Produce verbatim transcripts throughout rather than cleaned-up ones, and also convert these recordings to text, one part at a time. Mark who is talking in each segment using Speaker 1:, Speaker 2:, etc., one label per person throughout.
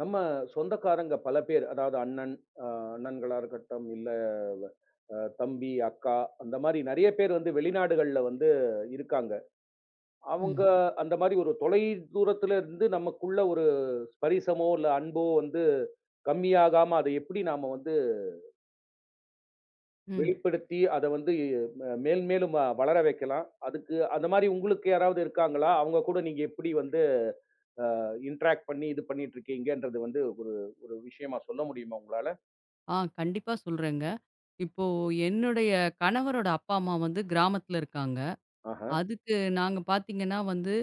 Speaker 1: நம்ம சொந்தக்காரங்க பல பேர், அதாவது அண்ணன், அ அண்ணன்களா இருக்கட்டும், இல்ல அ தம்பி, அக்கா அந்த மாரி நெறைய பேர் வந்து வெளிநாடுகள்ல வந்து இருக்காங்க. அவங்க
Speaker 2: ம்,
Speaker 1: அந்த மாரி ஒரு தொலை தூரத்துல இருந்து நமக்குள்ள ஒரு ஸ்பரிசமோ, இல்ல அன்போ வந்து கம்மியாகாம, அத எப்படி நாம வந்து
Speaker 2: ம்.
Speaker 1: வெளிப்படுத்தி, அத வந்து ம மேல் மேலும் அ வளர வைக்கலாம்? அதுக்கு அந்த மாரி உங்களுக்கு யாராவது இருக்காங்களா? அவங்க கூட நீங்க எப்படி வந்து அ இன்டராக்ட் பண்ணி, இது பண்ணிட்டு இருக்கீங்கன்றது வந்து ஒரு ஒரு விஷயமா சொல்ல முடியுமா உங்களால?
Speaker 2: ஆ கண்டிப்பா சொல்றேங்க. இப்போ என்னுடைய கணவரோட அப்பா, அம்மா வந்து கிராமத்துல இருக்காங்க.
Speaker 1: ஆஹ.
Speaker 2: அதுக்கு நாங்க பார்த்தீங்கன்னா வந்து,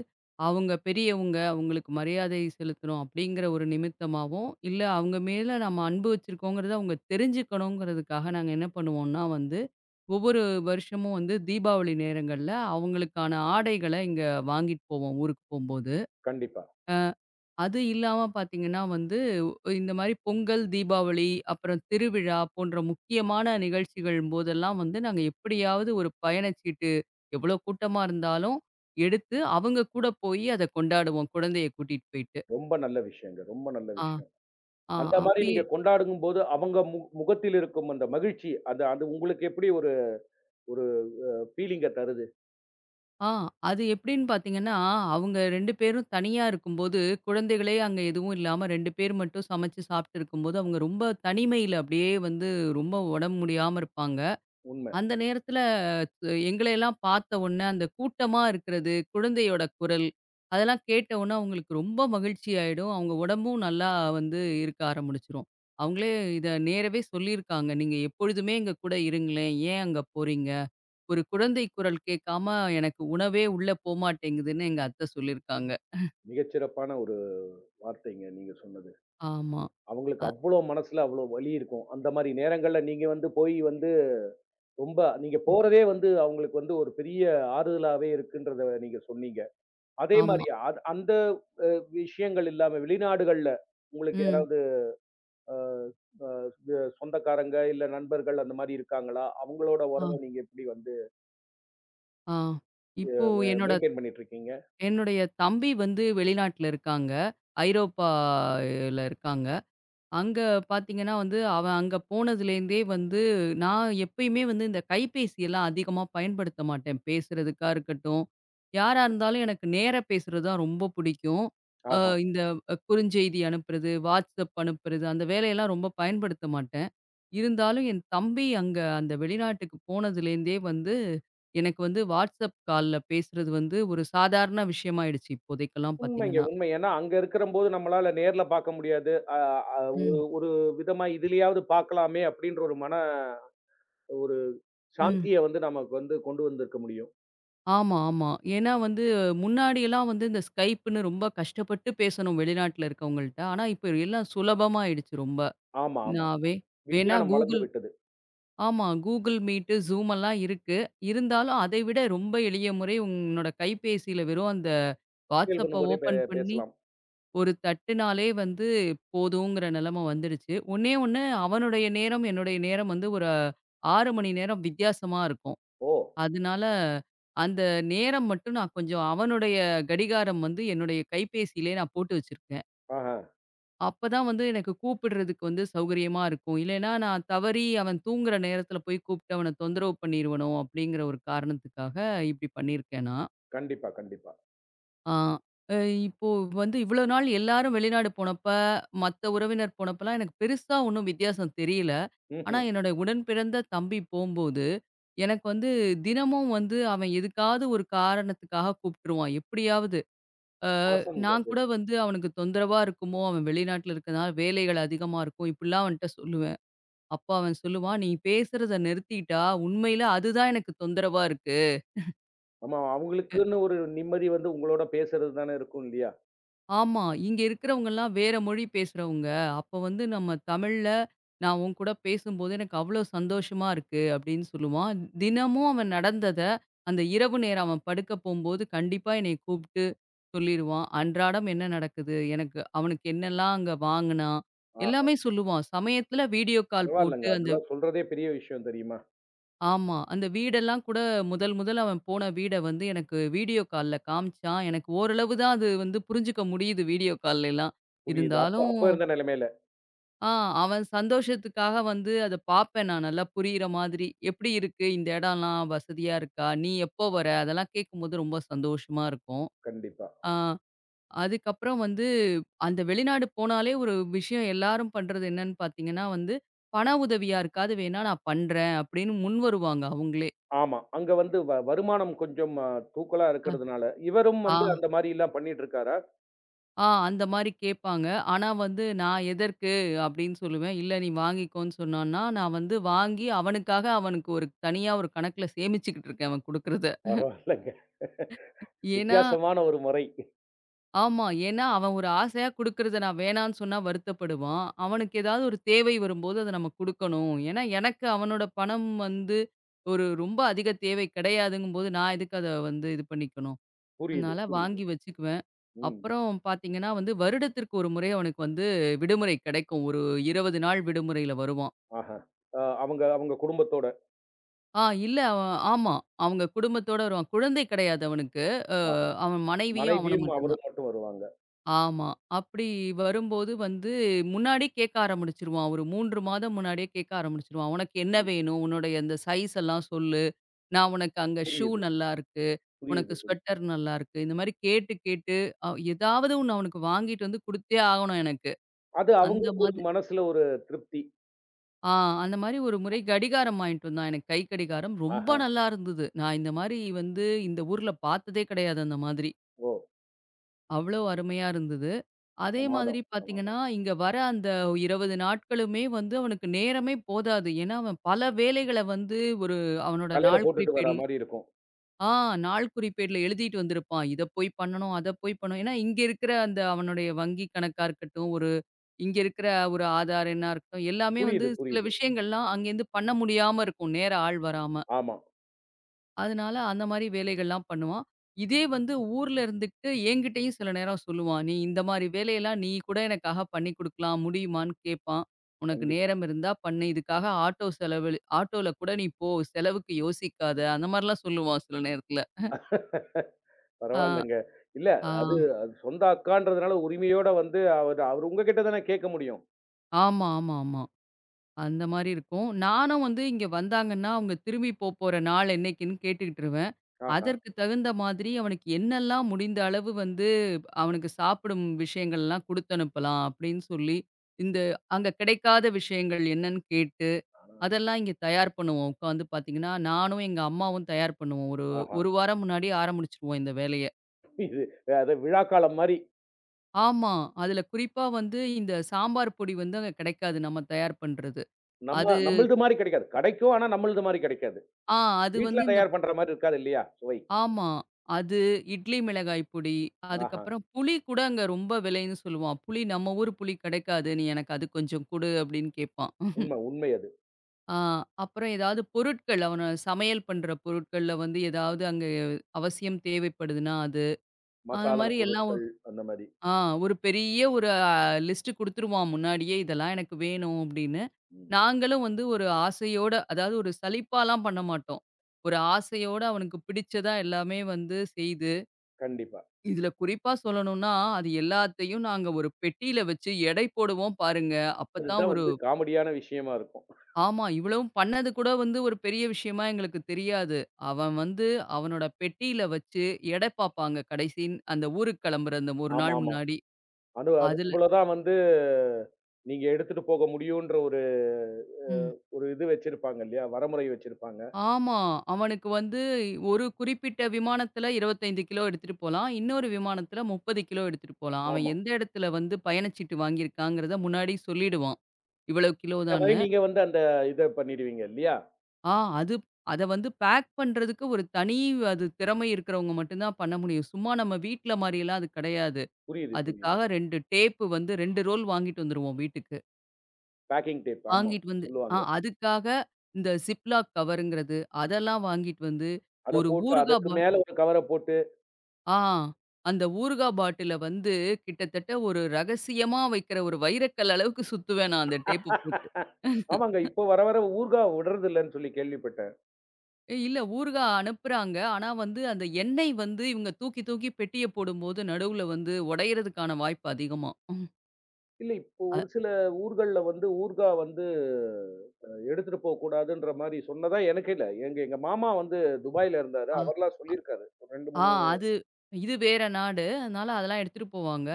Speaker 2: அவங்க பெரியவங்க, அவங்களுக்கு மரியாதை செலுத்தணும் அப்படிங்கிற ஒரு நிமித்தமாவும், இல்ல அவங்க மேல நம்ம அன்பு வச்சிருக்கோங்கிறத அவங்க தெரிஞ்சுக்கணுங்கிறதுக்காக நாங்க என்ன பண்ணுவோம்னா வந்து, ஒவ்வொரு வருஷமும் வந்து தீபாவளி நேரங்கள்ல அவங்களுக்கான ஆடைகள இங்க வாங்கிட்டு போவோம் ஊருக்கு போம்போது.
Speaker 1: கண்டிப்பா.
Speaker 2: அது இல்லாம பார்த்தீங்கன்னா வந்து, இந்த மாரி பொங்கல், தீபாவளி, அப்புறம் திருவிழா போன்ற முக்கியமான நிகழ்ச்சிகள் போதெல்லாம் வந்து, நாங்க எப்படியாவது ஒரு பயணச்சீட்டு எவ்வளோ கூட்டமா இருந்தாலும் எடுத்து, அவங்க கூட போயி அத கொண்டாடுவோம். குழந்தைய கூட்டிட்டு போயிட்டு.
Speaker 1: ரொம்ப நல்ல விஷயங்க. ரொம்ப நல்ல
Speaker 2: ஆ,
Speaker 1: விஷயம்.
Speaker 2: ஆ
Speaker 1: அந்த மாரி
Speaker 2: அப்படியே.
Speaker 1: நீங்க கொண்டாடும்போது, அவங்க மு முகத்தில் இருக்கும் அந்த மகிழ்ச்சி, அது அது உங்களுக்கு எப்படி ஒரு ஒரு ஃபீலிங்க தருது?
Speaker 2: ஆ அது எப்படின்னு பார்த்தீங்கன்னா, அவங்க இரண்டு பேரும் தனியா இருக்கும்போது, குழந்தைகளே அங்க எதுவும் இல்லாம இரண்டு பேர் மட்டும் சமைச்சு சாப்பிட்டு இருக்கும்போது, அவங்க ரொம்ப தனிமையில அப்படியே வந்து ரொம்ப உடம்பு முடியாம இருப்பாங்க.
Speaker 1: உண்ம.
Speaker 2: அந்த நேரத்துல அஹ், எங்களையெல்லாம் பார்த்த உடனே அந்த கூட்டமா இருக்கிறது, குழந்தையோட குரல், அதெல்லாம் கேட்ட உடனே அவங்களுக்கு ரொம்ப மகிழ்ச்சி ஆயிடும். அவங்க உடம்பும் நல்லா வந்து இருக்க ஆரம்பிச்சுரும். அவங்களே இத நேரவே சொல்லியிருக்காங்க. "நீங்க எப்பொழுதுமே எங்க கூட இருங்களேன். ஏன் அங்க போறீங்க? ஒரு குழந்தை குரல் கேட்காம எனக்கு உணவே உள்ள போமாட்டேங்குதுன்னு" எங்க அத்தை சொல்லியிருக்காங்க.
Speaker 1: மிகச்சிறப்பான ஒரு வார்த்தைங்க நீங்க சொன்னது.
Speaker 2: ஆமா.
Speaker 1: அவங்களுக்கு
Speaker 2: அ
Speaker 1: அவ்ளோ மனசுல அவ்ளோ வலி இருக்கும். அந்த மாரி நேரங்கள்ல நீங்க வந்து போய் வந்து ரொம்ப நீங்க போறதே வந்து அவங்களுக்கு வந்து ஒரு பெரிய ஆறுதலாவே இருக்குன்றத நீங்க சொன்னீங்க. அதே
Speaker 2: ஆமா.
Speaker 1: மாரி அ அந்த அ விஷயங்கள் இல்லாம வெளிநாடுகள்ல உங்களுக்கு
Speaker 2: ம்.
Speaker 1: யாராவது அ அ வெ சொந்தக்காரங்க, இல்ல நண்பர்கள் அந்த மாரி இருக்காங்களா? அவங்களோட
Speaker 2: ஆ,
Speaker 1: உறவ நீங்க எப்படி வந்து
Speaker 2: ஆ.
Speaker 1: அ
Speaker 2: இப்போ
Speaker 1: மெ
Speaker 2: என்னோட
Speaker 1: மெயின்டெயின் பண்ணிட்டுருக்கீங்க?
Speaker 2: என்னுடைய தம்பி வந்து வெளிநாட்டுல இருக்காங்க. ஐரோப்பால இருக்காங்க. அங்க பார்த்தீங்கன்னா வந்து, அவன் அங்க போனதுலேருந்தே வந்து நான் எப்பயுமே வந்து இந்த கைபேசியெல்லாம் அதிகமா பயன்படுத்த மாட்டேன். பேசுறதுக்கா இருக்கட்டும், யாரா இருந்தாலும் எனக்கு நேரா பேசுறது தான் ரொம்ப பிடிக்கும். அ
Speaker 1: ஆஹா.
Speaker 2: இந்த அஹ் குறுஞ்செய்தி அனுப்புறது, WhatsApp அனுப்புறது அந்த வேலையெல்லாம் ரொம்ப பயன்படுத்த மாட்டேன். இருந்தாலும் என் தம்பி அங்க அந்த வெளிநாட்டுக்கு போனதுலேருந்தே வந்து, எனக்கு வந்து WhatsApp கால்ல பேசுறது வந்து ஒரு சாதாரண விஷயமாயிடுச்சு இப்போதைக்கெல்லாம்
Speaker 1: உண்மைங்க,
Speaker 2: பார்த்தீங்கன்னா.
Speaker 1: உண்மை. ஏன்னா அங்க இருக்கிறம்போது நம்மளால நேர்ல பார்க்க முடியாது. அ அ ஒரு
Speaker 2: ம்.
Speaker 1: ஒரு விதமா இதுலயாவது பார்க்கலாமே அப்படின்ற ஒரு மன ஒரு
Speaker 2: ம்.
Speaker 1: சாந்திய வந்து நமக்கு வந்து கொண்டு வந்திருக்க முடியும்.
Speaker 2: ஆமா, ஆமா. ஏன்னா வந்து முன்னாடியெல்லாம் வந்து இந்த Skypeன்னு ரொம்ப கஷ்டப்பட்டு பேசணும் வெளிநாட்ல இருக்கவங்கள்ட்ட. ஆனா இப்ப எல்லாம் சுலபமாயிடுச்சு ரொம்ப.
Speaker 1: ஆமா, ஆமா.
Speaker 2: நான் வே வேணா
Speaker 1: விஞ்ஞானம் வளர்ந்து
Speaker 2: Google
Speaker 1: விட்டது.
Speaker 2: ஆமா, Google Meet, Zoom எல்லாம் இருக்கு. இருந்தாலும் அதை விட ரொம்ப எளிய முறை உன்னோட கைபேசியில வெறும் அந்த
Speaker 1: செயல்
Speaker 2: WhatsApp
Speaker 1: பண்ணும்போதே பே
Speaker 2: ஓப்பன் பண்ணி
Speaker 1: பேசலாம்.
Speaker 2: ஒரு தட்டுனாலே வந்து போதுங்கிற நிலைமை வந்துடுச்சு. ஒண்ணே ஒண்ணு அவனுடைய நேரம், என்னுடைய நேரம் வந்து ஒரு ஆறு மணி நேரம் வித்தியாசமா இருக்கும்.
Speaker 1: ஓ!
Speaker 2: அதனால, அந்த நேரம் மட்டும் நான் கொஞ்சம் அவனுடைய கடிகாரம் வந்து என்னுடைய கைபேசியிலே நான் போட்டு வச்சிருக்கேன்.
Speaker 1: ஆஹா.
Speaker 2: அப்பதான் வந்து எனக்கு கூப்பிடுறதுக்கு வந்து சௌகரியமா இருக்கும். இல்லைன்னா, நான் தவறி அவன் தூங்குற நேரத்தில போய் கூப்பிட்டு அவன தொந்தரவு பண்ணிருவனோ! அப்படிங்கிற ஒரு காரணத்துக்காக இப்படி பண்ணியிருக்கேன் நான்.
Speaker 1: கண்டிப்பா, கண்டிப்பா.
Speaker 2: ஆ. அ இப்போ வந்து இவ்வளோ நாள் எல்லாரும் வெளிநாடு போனப்ப, மத்த உறவினர் போனப்பலாம் எனக்கு பெருசா ஒண்ணும் வித்தியாசம் தெரியல. ஆனா
Speaker 1: ம்ஹ்ம்.
Speaker 2: என்னோட உடன் பிறந்த தம்பி போம்போது, எனக்கு வந்து தினமும் வந்து அவன் எதுக்காவது ஒரு காரணத்துக்காக கூப்ட்டுருவான் எப்படியாவது.
Speaker 1: ஆசம்ங்க
Speaker 2: நான்
Speaker 1: அது.
Speaker 2: கூட வந்து அவனுக்கு தொந்தரவா இருக்குமோ, அவன் வெளிநாட்ல இருக்கனால வேலைகள் அதிகமா இருக்கும். இப்படிலாம் அவன்ட்ட சொல்லுவேன். அப்ப அவன் சொல்லுவான், "நீ பேசுறத நிறுத்திட்டா, உண்மையில அதுதான் எனக்கு தொந்தரவா இருக்கு."
Speaker 1: ஆமா, அவங்களுக்குன்னு ஒரு நிம்மதி வந்து உங்களோட பேசுறது தானே இருக்கும் இல்லையா?
Speaker 2: ஆமா. இங்க இருக்கிறவங்கலாம் வேற மொழி பேசுறவங்க. அப்ப வந்து நம்ம தமிழ்ல நான் உன் கூட பேசும்போது எனக்கு அவ்ளோ சந்தோஷமா இருக்கு அப்படின்னு சொல்லுவான். தினமும் அவன் நடந்தத அந்த இரவு நேரம் அவன் படுக்க போம்போது கண்டிப்பா என்னைய கூப்பிட்டு சொல்லிருவான். அன்றாடம் என்ன நடக்குது? எனக்கு அவனுக்கு என்னெல்லாம் அங்க வாங்குனான்?
Speaker 1: ஆ,
Speaker 2: எல்லாமே சொல்லுவான். சமயத்துல வீடியோ கால் போட்டு
Speaker 1: பரவால்லங்க.
Speaker 2: அந்த
Speaker 1: அதெல்லாம் சொல்றதே பெரிய விஷயம் தெரியுமா?
Speaker 2: ஆமா. அந்த வீடெல்லாம் கூட முதல் முதல் அவன் போன வீட வந்து எனக்கு வீடியோ கால்ல காமிச்சான். எனக்கு ஓரளவு தான் அது வந்து புரிஞ்சுக்க முடியுது வீடியோ கால்லலாம்.
Speaker 1: புரியுது. அப்ப
Speaker 2: இருந்தாலும்
Speaker 1: அப்ப இருந்த நிலைமையில.
Speaker 2: ஆ அவன் சந்தோஷத்துக்காக வந்து அத பார்ப்பேன் நான் நல்லா புரியிற மாதிரி. "எப்படி இருக்கு? இந்த இடம்லாம் வசதியா இருக்கா? நீ எப்போ வர?" அதெல்லாம் கேட்கும்போது ரொம்ப சந்தோஷமா இருக்கும்.
Speaker 1: கண்டிப்பா.
Speaker 2: ஆ அதுக்கப்புறம் வந்து அந்த வெளிநாடு போனாலே ஒரு விஷயம் எல்லாரும் பண்றது என்னன்னு பார்த்தீங்கன்னா வந்து, "பண உதவியா இருக்காது வேணா நான் பண்றேன்" அப்படின்னு முன் வருவாங்க அவங்களே.
Speaker 1: ஆமா. அங்க வந்து வ வருமானம் கொஞ்சம் அ தூக்கலா இருக்கிறதுனால, இவரும்
Speaker 2: ஆ.
Speaker 1: வந்து அந்த மாரிலாம் பண்ணிட்டு இருக்காரா?
Speaker 2: ஆ அந்த மாரி கேட்பாங்க. ஆனா வந்து நான் எதற்கு அப்படின்னு சொல்லுவேன். இல்ல நீ வாங்கிக்கோன்னு சொன்னான்னா, நான் வந்து வாங்கி அவனுக்காக அவனுக்கு ஒரு தனியா ஒரு கணக்குல சேமிச்சுக்கிட்டு இருக்கேன் அவன் குடுக்குறத.
Speaker 1: பரவால்லங்க.
Speaker 2: ஏன்னா
Speaker 1: வித்தியாசமான ஒரு முறை.
Speaker 2: ஆமா. ஏன்னா அவன் ஒரு ஆசையா குடுக்குறத நான் வேணான்னு சொன்னா வருத்தப்படுவான். அவனுக்கு ஏதாவது ஒரு தேவை வரும்போது அத நம்ம குடுக்கணும். ஏன்னா எனக்கு அவனோட பணம் வந்து ஒரு ரொம்ப அதிக தேவை கிடையாதுங்கும்போது, நான் எதுக்கு அத வந்து இது பண்ணிக்கணும்?
Speaker 1: புரியுது,
Speaker 2: அதனால
Speaker 1: புரியுது.
Speaker 2: வாங்கி வச்சுக்குவேன்.
Speaker 1: ம்.
Speaker 2: அப்புறம் பார்த்தீங்கன்னா வந்து, வருடத்திற்கு ஒரு முறை அவனுக்கு வந்து விடுமுறை கிடைக்கும். ஒரு இருபது நாள் விடுமுறையில வருவான்.
Speaker 1: ஆஹா. அ அவங்க அவங்க குடும்பத்தோட.
Speaker 2: ஆ இல்ல அவன் ஆமா. அவங்க குடும்பத்தோட வருவான். குழந்தை கிடையாது அவனுக்கு.
Speaker 1: ஆஹா.
Speaker 2: அவன் மனைவியும் அவனும்
Speaker 1: மனைவியும்
Speaker 2: மட்டும் தான்.
Speaker 1: அவரும் மட்டும் வருவாங்க.
Speaker 2: ஆமா. அப்படி வரும்போது வந்து முன்னாடியே கேட்க ஆரம்பிச்சுருவான். ஒரு மூன்று மாதம் முன்னாடியே கேட்க ஆரம்பிச்சுருவான். "உனக்கு என்ன
Speaker 1: புரியுது,
Speaker 2: வேணும்? உன்னுடைய அந்த சைஸ் எல்லாம் சொல்லு. நான் உனக்கு அங்க ஷூ
Speaker 1: புரியுது,
Speaker 2: நல்லாருக்கு.
Speaker 1: புரியுது,
Speaker 2: உனக்கு
Speaker 1: புரியுது.
Speaker 2: ஸ்வெட்டர் நல்லாருக்கு." இந்த மாரி கேட்டு கேட்டு, அ ஏதாவது ஒண்ணு அவனுக்கு வாங்கிட்டு வந்து குடுத்தே ஆகணும் எனக்கு.
Speaker 1: அது
Speaker 2: அந்த
Speaker 1: அவங்களுக்கு ஒரு
Speaker 2: மாதிரி
Speaker 1: மனசுல ஒரு திருப்தி.
Speaker 2: ஆ அந்த மாரி ஒரு முறை கடிகாரம் வாங்கிட்டு வந்தான் எனக்கு கை கடிகாரம். ரொம்ப
Speaker 1: ஆஹா.
Speaker 2: நல்லா இருந்தது. நான் இந்த மாரி வந்து இந்த ஊர்ல பார்த்ததே கிடையாது அந்த மாதிரி.
Speaker 1: ஓ!
Speaker 2: அவ்வளோ அருமையா இருந்தது. அதே மாதிரி
Speaker 1: சமாதம்,
Speaker 2: பார்த்தீங்கன்னா,
Speaker 1: சமாதம்.
Speaker 2: இங்க வர அந்த இருபது நாட்களுமே வந்து அவனுக்கு நேரமே போதாது. ஏன்னா, அவன் பல வேலைகள வந்து ஒரு அவனோட
Speaker 1: தலையில
Speaker 2: நாள்
Speaker 1: போட்டுட்டு வரா
Speaker 2: குறிப்பேடுல
Speaker 1: மாரி இருக்கும்.
Speaker 2: ஆ நாள் குறிப்பேடுல எழுதிட்டு வந்திருப்பான். இத போய் பண்ணணும், அத போய் பண்ணணும். ஏன்னா, இங்க இருக்கிற அந்த அவனுடைய வங்கி கணக்கா இருக்கட்டும், ஒரு இங்க இருக்கிற ஒரு ஆதார் எண்ணா இருக்கட்டும், எல்லாமே வந்து
Speaker 1: புரியுது,
Speaker 2: சில
Speaker 1: புரியுது.
Speaker 2: விஷயங்கள்லாம் அங்கேருந்து பண்ண முடியாம இருக்கும், நேர ஆள் வராம.
Speaker 1: ஆமா.
Speaker 2: அதனால அந்த மாரி வேலைகள்லாம் பண்ணுவான். இதே வந்து ஊர்ல இருந்துக்கிட்டு என்கிட்டயும் சில நேரம் சொல்லுவான். "நீ இந்த மாரி வேலையெல்லாம் நீ கூட எனக்காக பண்ணி குடுக்கலாம் முடியுமான்னு?" கேட்பான். "உனக்கு
Speaker 1: கண்டிப்பா.
Speaker 2: நேரம் இருந்தா பண்ணு. இதுக்காக ஆட்டோ செலவழி ஆட்டோல கூட நீ போ. செலவுக்கு யோசிக்காத." அந்த மாரிலாம் சொல்லுவான் சில நேரத்துல. ஆ,
Speaker 1: பரவாயில்லங்க. இல்ல
Speaker 2: ஆ.
Speaker 1: அது அது சொந்த அக்கான்றதுனால உரிமையோட வந்து அவரு அவரு உங்ககிட்ட தானே கேட்க முடியும்.
Speaker 2: ஆமா, ஆமா, ஆமா. அந்த மாரி இருக்கும். நானும் வந்து இங்க வந்தாங்கன்னா, அவங்க திரும்பி போப்போற நாள் என்னைக்குன்னு கேட்டுக்கிட்டுருவேன்.
Speaker 1: ஆஹா,
Speaker 2: அதற்கு தகுந்த மாதிரி அவனுக்கு என்னெல்லாம் முடிந்த அளவு வந்து அவனுக்கு சாப்பிடும் விஷயங்கள்லாம் குடுத்தனுப்பலாம் அப்படின்னு சொல்லி, இந்த அங்க கிடைக்காத விஷயங்கள் என்னன்னு கேட்டு, அதெல்லாம் இங்க தயார் பண்ணுவோம். உட்காந்து பார்த்தீங்கன்னா, நானும் எங்க அம்மாவும் தயார் பண்ணுவோம். ஒரு
Speaker 1: ஆஹா.
Speaker 2: 1 வாரம் முன்னாடியே ஆரம்பிச்சுருவோம் இந்த வேலைய.
Speaker 1: இது அது விழா காலம் மாரி.
Speaker 2: ஆமா. அதுல குறிப்பா வந்து இந்த சாம்பார் பொடி வந்து அங்க கிடைக்காது நம்ம தயார் பண்றது.
Speaker 1: நம்ம
Speaker 2: அது
Speaker 1: நம்மள்து மாரி கிடைக்காது. கிடைக்கும். ஆனா நம்மள்து மாரி கிடைக்காது.
Speaker 2: ஆ அது
Speaker 1: வீட்ல
Speaker 2: வந்து இந்த
Speaker 1: தயார் பண்ற மாரி இருக்காது இல்லையா? சுவை.
Speaker 2: ஆமா. அது இட்லி மிளகாய் பொடி,
Speaker 1: ஆஹா.
Speaker 2: அதுக்கப்புறம் புளி கூட அங்க ரொம்ப விலைன்னு சொல்லுவான். புளி நம்ம ஊர் புளி கிடைக்காது. நீ எனக்கு அது கொஞ்சம் குடு அப்படின்னு கேட்பான்.
Speaker 1: உண்ம, உண்மை அது.
Speaker 2: ஆ அப்புறம் ஏதாவது பொருட்கள் அவன சமையல் பண்ற பொருட்கள்ல வந்து ஏதாவது அங்க அவசியம் தேவைப்படுதுன்னா அது. அது
Speaker 1: மசாலா
Speaker 2: மாரி எல்லாம் ஒ-
Speaker 1: பொருட்கள் அந்த மாரி.
Speaker 2: ஆ ஒரு பெரிய ஒரு அ லிஸ்ட் குடுத்துருவான் முன்னாடியே இதெல்லாம் எனக்கு வேணும் அப்படின்னு.
Speaker 1: ம்.
Speaker 2: நாங்களும் வந்து ஒரு ஆசையோட அதாவது ஒரு சலிப்பாலாம் பண்ண மாட்டோம். ஒரு ஆசையோட அவனுக்கு பிடிச்சதா எல்லாமே வந்து செய்து
Speaker 1: கண்டிப்பா.
Speaker 2: இதுல குறிப்பா சொல்லணும்னா, அது எல்லாத்தையும் நாங்க ஒரு பெட்டியில வச்சு எடை போடுவோம் பாருங்க. அப்பதான்
Speaker 1: அதுதான்
Speaker 2: ஒரு
Speaker 1: வந்து காமெடியான விஷயமா இருக்கும்.
Speaker 2: ஆமா, இவ்வளவும் பண்ணது கூட வந்து ஒரு பெரிய விஷயமா எங்களுக்கு தெரியாது. அவன் வந்து அவனோட பெட்டியில வச்சு எடை பாப்பாங்க கடைசி அந்த ஊருக்கு கிளம்புற அந்த ஒரு நாள்
Speaker 1: ஆமாமா.
Speaker 2: முன்னாடி.
Speaker 1: அனு அது
Speaker 2: அதுல
Speaker 1: இவ்வளோதான் வந்து நீங்க எடுத்துட்டு போக முடியுன்ற ஒரு அ
Speaker 2: ம்.
Speaker 1: ஒரு இது வச்சிருப்பாங்க இல்லையா? வரைமுறை வச்சிருப்பாங்க.
Speaker 2: ஆமா. அவனுக்கு வந்து ஒரு குறிப்பிட்ட விமானத்துல இருபத்தி ஐந்து கிலோ எடுத்துட்டு போலாம். இன்னொரு விமானத்துல முப்பது கிலோ எடுத்துட்டு போலாம். அவன்
Speaker 1: ஆமா.
Speaker 2: எந்த இடத்துல வந்து பயணச்சீட்டு வாங்கியிருக்காங்கிறத முன்னாடி சொல்லிடுவான். இவ்வளவு கிலோ
Speaker 1: இந்த மாரி
Speaker 2: தான்னு.
Speaker 1: நீங்க வந்து அந்த இத பண்ணிடுவீங்க இல்லையா?
Speaker 2: ஆ அது அத வந்து பேக் பண்றதுக்கு ஒரு தனி அது திறமை இருக்கிறவங்க மட்டும் தான் பண்ண முடியும். சும்மா நம்ம வீட்ல மாரியெல்லாம் அது கிடையாது.
Speaker 1: புரியுது, புரியுது.
Speaker 2: அதுக்காக இரண்டு டேப்பு வந்து இரண்டு ரோல் வாங்கிட்டு வந்துருவோம் வீட்டுக்கு.
Speaker 1: பேக்கிங் டேப் ஆமா.
Speaker 2: வாங்கிட்டு வந்து ஆ
Speaker 1: சொல்லுவாங்க.
Speaker 2: அதுக்காக இந்த சிப்லாக் கவருங்கிறது, அதெல்லாம் வாங்கிட்டு வந்து
Speaker 1: அத
Speaker 2: ஒரு
Speaker 1: போட்டு
Speaker 2: ஊறுகா
Speaker 1: அதுக்கு
Speaker 2: பாட்
Speaker 1: மேல ஒரு கவர போட்டு
Speaker 2: ஆ அந்த ஊறுகா பாட்டில வந்து கிட்டத்தட்ட ஒரு ரகசியமா வைக்கிற ஒரு வைரக்கல் அளவுக்கு சுத்துவேன் நான் அந்த டேப்பு போட்டு.
Speaker 1: ஆமாங்க. இப்போ வர வர ஊர்கா விடுறது இல்லன்னு சொல்லி கேள்விப்பட்டேன்.
Speaker 2: ஏய், இல்ல ஊறுகாய் அனுப்புறாங்க. ஆனா வந்து அந்த எண்ணெய் வந்து இவங்க தூக்கி தூக்கி பெட்டிய போடும்போது நடுவுல வந்து உடையறதுக்கான வாய்ப்பு அதிகமா. ம்.
Speaker 1: இல்ல இப்போ
Speaker 2: அ
Speaker 1: ஒரு சில ஊர்கள்ல வந்து ஊர்கா வந்து அ எடுத்துட்டு போக்கூடாதுன்ற மாரி சொன்னதா எனக்கு இல்ல. எங்க எங்க மாமா வந்து துபாய்ல இருந்தாரு.
Speaker 2: ஆ
Speaker 1: அவர்லாம் சொல்லியிருக்காரு. ஒரு இரண்டு,
Speaker 2: ஆ
Speaker 1: மூணு
Speaker 2: அது இது வேற நாடு. அதனால அதெல்லாம் எடுத்துட்டு போவாங்க.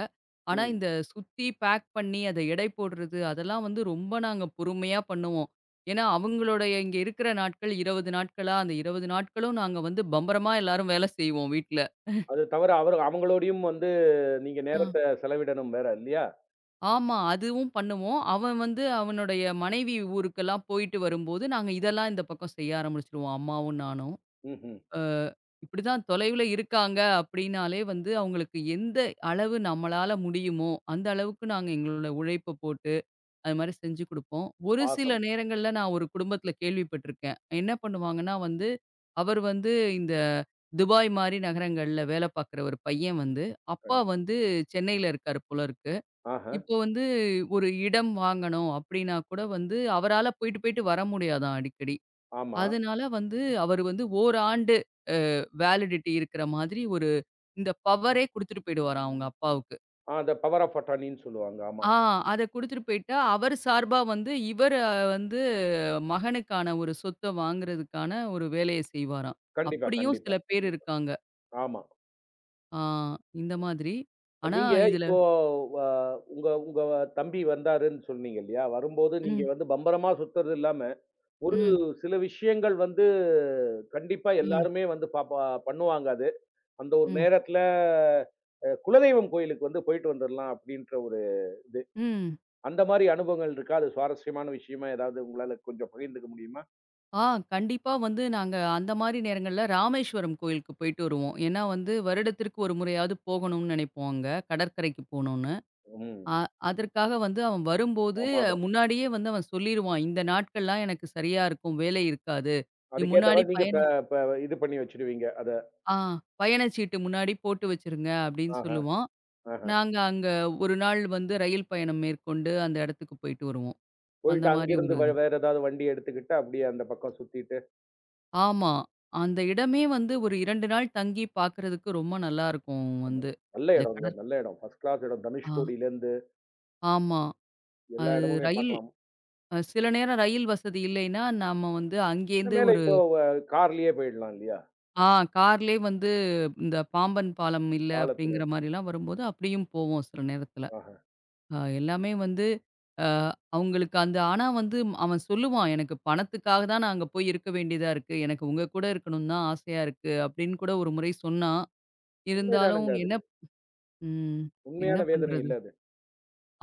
Speaker 2: ஆனா
Speaker 1: ம்.
Speaker 2: இந்த சுத்தி பேக் பண்ணி அத எடை போடுறது அதெல்லாம் வந்து ரொம்ப நாங்க பொறுமையா பண்ணுவோம். ஏன்னா அவங்களுடைய இங்க இருக்கிற நாட்கள் இருபது நாட்களா, அந்த இருபது நாட்களும் நாங்க வந்து பம்பரமா எல்லாரும் வேலை செய்வோம் வீட்ல.
Speaker 1: அது தவிர அவரு அவங்களோடையும் வந்து நீங்க
Speaker 2: அ.
Speaker 1: நேரத்த செலவிடணும் வேற இல்லையா?
Speaker 2: ஆமா. அதுவும் பண்ணுவோம். அவன் வந்து அவனுடைய மனைவி ஊருக்கெல்லாம் போயிட்டு வரும்போது, நாங்க இதெல்லாம் இந்த பக்கம் செய்ய ஆரம்பிச்சுருவோம். அம்மாவும், நானும்.
Speaker 1: ம்ஹ்ம்.
Speaker 2: அ இப்படிதான் தொலைவுல இருக்காங்க அப்படின்னாலே வந்து, அவங்களுக்கு எந்த அளவு நம்மளால முடியுமோ, அந்த அளவுக்கு நாங்க எங்களோட உழைப்ப போட்டு, அது மாரி செஞ்சு குடுப்போம். ஒரு சில
Speaker 1: ஆசம்.
Speaker 2: நேரங்கள்ல நான் ஒரு குடும்பத்தில கேள்விப்பட்டிருக்கேன். என்ன பண்ணுவாங்கன்னா வந்து, அவர் வந்து இந்த துபாய் மாரி நகரங்கள்ல வேலை பார்க்குற ஒரு பையன் வந்து, அப்பா
Speaker 1: கண்
Speaker 2: வந்து சென்னையில இருக்காரு போல இருக்கு.
Speaker 1: ஆஹ.
Speaker 2: இப்போ வந்து ஒரு இடம் வாங்கணும் அப்படின்னா கூட வந்து அவரால போயிட்டு போயிட்டு வர முடியாதாம் அடிக்கடி.
Speaker 1: ஆமா.
Speaker 2: அதனால வந்து அவர் வந்து ஓராண்டு வேலிடிட்டி இருக்கிற மாதிரி ஒரு இந்த பவரே குடுத்துட்டு போயிடுவாராம் அவங்க அப்பாவுக்கு.
Speaker 1: ஆ, அந்த பவர் ஆஃப் அட்டார்னின்னு சொல்லுவாங்க. ஆமா.
Speaker 2: ஆ அத குடுத்துட்டு போயிட்டா, அவர் சார்பா வந்து இவர் வந்து மகனுக்கான ஒரு சொத்த வாங்குறதுக்கான ஒரு வேலைய செய்வாராம்.
Speaker 1: கண்டிப்பா,
Speaker 2: அப்படியும் சில
Speaker 1: கண்டிப்பா,
Speaker 2: பேர்
Speaker 1: கண்டிப்பா.
Speaker 2: இருக்காங்க.
Speaker 1: ஆமா.
Speaker 2: ஆ இந்த மாதிரி. ஆனா
Speaker 1: நீங்க
Speaker 2: இதுல
Speaker 1: இப்போ வ உங்க உங்க தம்பி வந்தாருன்னு சொன்னீங்க இல்லையா? வரும்போது நீங்க
Speaker 2: ம்,
Speaker 1: வந்து பம்பரமா சுத்துறது இல்லாம, ஒரு
Speaker 2: ம்,
Speaker 1: சில விஷயங்கள் வந்து கண்டிப்பா
Speaker 2: ம்,
Speaker 1: எல்லாருமே வந்து பா பா பண்ணுவாங்க அது. அந்த ஒரு
Speaker 2: ம்,
Speaker 1: நேரத்துல அ குலதெய்வம் கோயிலுக்கு வந்து போயிட்டு வந்துரலாம் அப்டின்ற ஒரு இது.
Speaker 2: ம்.
Speaker 1: அந்த மாரி அனுபவங்கள் இருக்கா? அது சுவாரஸ்யமான விஷயமா ஏதாவது உங்களால கொஞ்சம் பகிர்ந்துக்க முடியுமா?
Speaker 2: ஆ கண்டிப்பா வந்து நாங்க அந்த மாரி நேரங்கள்ல ராமேஸ்வரம் கோயிலுக்கு போயிட்டு வருவோம். ஏன்னா வந்து வருடத்திற்கு ஒரு முறையாவது போகணும்னு நினைப்போம் அங்க. கடற்கரைக்கு போணும்னு. அ
Speaker 1: ம்.
Speaker 2: அதற்காக வந்து அவன் வரும்போது அஹ்,
Speaker 1: பிரமாதம்.
Speaker 2: முன்னாடியே வந்து அவன் சொல்லிருவான். இந்த நாட்கள்லாம் எனக்கு சரியா இருக்கும். வேலை இருக்காது. நீ
Speaker 1: அதுக்கேத்த
Speaker 2: முன்னாடி
Speaker 1: மாரி நீங்க ப
Speaker 2: பயண
Speaker 1: ப இது பண்ணி வச்சுடுவீங்க அத.
Speaker 2: ஆ பயணச்சீட்டு முன்னாடி போட்டு வச்சுருங்க அப்படின்னு
Speaker 1: ஆஹ.
Speaker 2: சொல்லுவான்.
Speaker 1: ஆஹா.
Speaker 2: நாங்க அங்க ஒரு நாள் வந்து ரயில் பயணம் மேற்கொண்டு அந்த இடத்துக்கு போயிட்டு வருவோம். அந்த
Speaker 1: போயிட்டு
Speaker 2: மாரி ஒரு
Speaker 1: அங்கிருந்து வே வேற ஏதாவது வண்டி எடுத்துக்கிட்டு, அப்படியே அந்த பக்கம் சுத்திட்டு
Speaker 2: ஆமா, அந்த இடமே வந்து ஒரு இரண்டு நாள் தங்கி பார்க்குறதுக்கு ரொம்ப நல்லாருக்கும்
Speaker 1: ஆமா.
Speaker 2: வந்து.
Speaker 1: நல்ல
Speaker 2: இந்த
Speaker 1: இடம்ங்க.
Speaker 2: கடல்
Speaker 1: நல்ல இடம். ஃபர்ஸ்ட் கிளாஸ் இடம்.
Speaker 2: ஆ
Speaker 1: தனுஷ்கோடியிலேருந்து
Speaker 2: ஆமா.
Speaker 1: எல்லா
Speaker 2: அது
Speaker 1: இடமுமே
Speaker 2: ரயில்.
Speaker 1: பார்க்கலாம்.
Speaker 2: அ சில நேரம் ரயில் வசதி இல்லைன்னா, நம்ம வந்து
Speaker 1: இந்த
Speaker 2: அங்கேருந்து
Speaker 1: மேல
Speaker 2: ஒரு
Speaker 1: இப்போ அ கார்லயே போயிடலாம் இல்லையா?
Speaker 2: ஆ கார்லயே வந்து இந்த பாம்பன் பாலம் இல்ல
Speaker 1: பாலத்துல.
Speaker 2: அப்படிங்கிற மாரிலாம் வரும்போது, அப்படியும் போவோம் சில நேரத்தில.
Speaker 1: ஆஹா.
Speaker 2: அ எல்லாமே வந்து அ அவங்களுக்கு அந்த ஆனா வந்து அவன் சொல்லுவான், "எனக்கு பணத்துக்காக தான் நான் அங்க போய் இருக்க வேண்டியதா இருக்கு. எனக்கு உங்க கூட இருக்கணும்னு தான் ஆசையா இருக்கு." அப்படின்னு கூட ஒரு முறை சொன்னான். இருந்தாலும்
Speaker 1: உண்மைதானுங்க அது.
Speaker 2: என்ன ம். என்ன
Speaker 1: உண்மையான வேதனை
Speaker 2: பண்றது?
Speaker 1: இல்ல அது.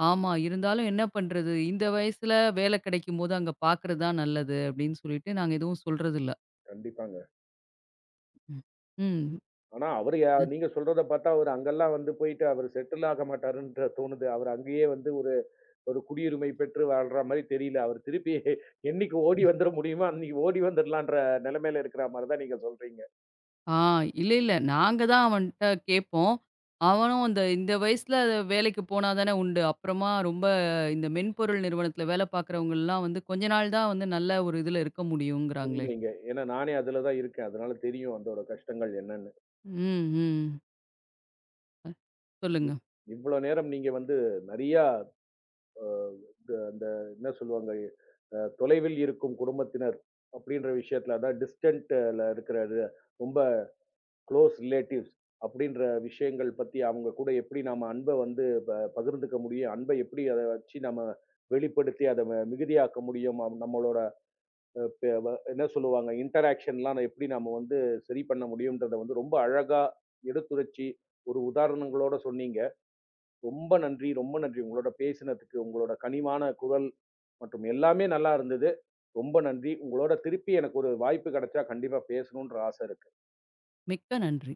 Speaker 2: ஆமா. இருந்தாலும் என்ன பண்றது? இந்த வயசுல வேலை கிடைக்கும்போது அங்க பார்க்குறது தான் நல்லது அப்டின்னு சொல்லிட்டு நாங்க எதுவும் சொல்றதில்ல.
Speaker 1: கண்டிப்பாங்க.
Speaker 2: ம்.
Speaker 1: ஆனா அவரு யா
Speaker 2: ம்.
Speaker 1: நீங்க சொல்றத பார்த்தா அவரு அங்கெல்லாம் வந்து போயிட்டு அவரு செட்டில் ஆக மாட்டாருன்ற தோணுது. அவரு அங்கேயே வந்து ஒரு ஒரு குடியுரிமை பெற்று வாழ்ற மாரி தெரியல. அவரு திருப்பி என்னைக்கு ஓடி வந்துர முடியுமோ, அன்னைக்கு ஓடி வந்துரலான்ற நிலைமையில இருக்கிற மாரி தான் நீங்க சொல்றீங்க.
Speaker 2: ஆ இல்ல, இல்ல. நாங்க தான் அவன்ட்ட கேட்போம். அவனும் அந்த இந்த வயசுல வேலைக்கு போனா தானே உண்டு. அப்புறமா ரொம்ப இந்த மென்பொருள் நிறுவனத்தில வேலை பார்க்குறவங்கலாம் வந்து கொஞ்ச நாள் தான் வந்து நல்ல ஒரு இதில இருக்க முடியுங்கிறாங்களே.
Speaker 1: உண்மைங்க. ஏன்னா நானே அதுல தான் இருக்கேன். அதனால தெரியும் அதோட கஷ்டங்கள் என்னன்னு.
Speaker 2: ம், ம். அ சொல்லுங்க.
Speaker 1: இவ் இவ்ளோ நேரம் நீங்க வந்து நெறையா அ த அந்த என்ன சொல்லுவாங்க? அ தொலைவில் இருக்கும் குடும்பத்தினர் அப்படின்ற விஷயத்துல அதான் டிஸ்டன்ட்ல இருக்கிற ர ரொம்ப குளோஸ் ரிலேட்டிவ்ஸ் அப்படின்ற விஷயங்கள் பத்தி அவங்க கூட எப்படி நாம அன்ப வந்து ப பகிர்ந்துக்க முடியும்? அன்ப எப்படி அத வச்சு நம்ம வெளிப்படுத்தி அத ம மிகுதியாக்க முடியும்? அம் நம்மளோட அ பெ வ என்ன சொல்லுவாங்க, இன்டராக்ஷன்லாம் நான் எப்படி நம்ம வந்து சரி பண்ண முடியும்ன்றத வந்து ரொம்ப அழகா எடுத்துரைச்சு, ஒரு உதாரணங்களோட சொன்னீங்க. ரொம்ப நன்றி, ரொம்ப நன்றி. உங்களோட பேசினதுக்கு, உங்களோட கனிவான குரல் மற்றும் எல்லாமே நல்லா இருந்தது. ரொம்ப நன்றி. உங்களோட திருப்பி எனக்கு ஒரு வாய்ப்பு கிடைச்சா கண்டிப்பா பேசணும்ன்ற ஆசை இருக்கு.
Speaker 2: மிக்க நன்றி.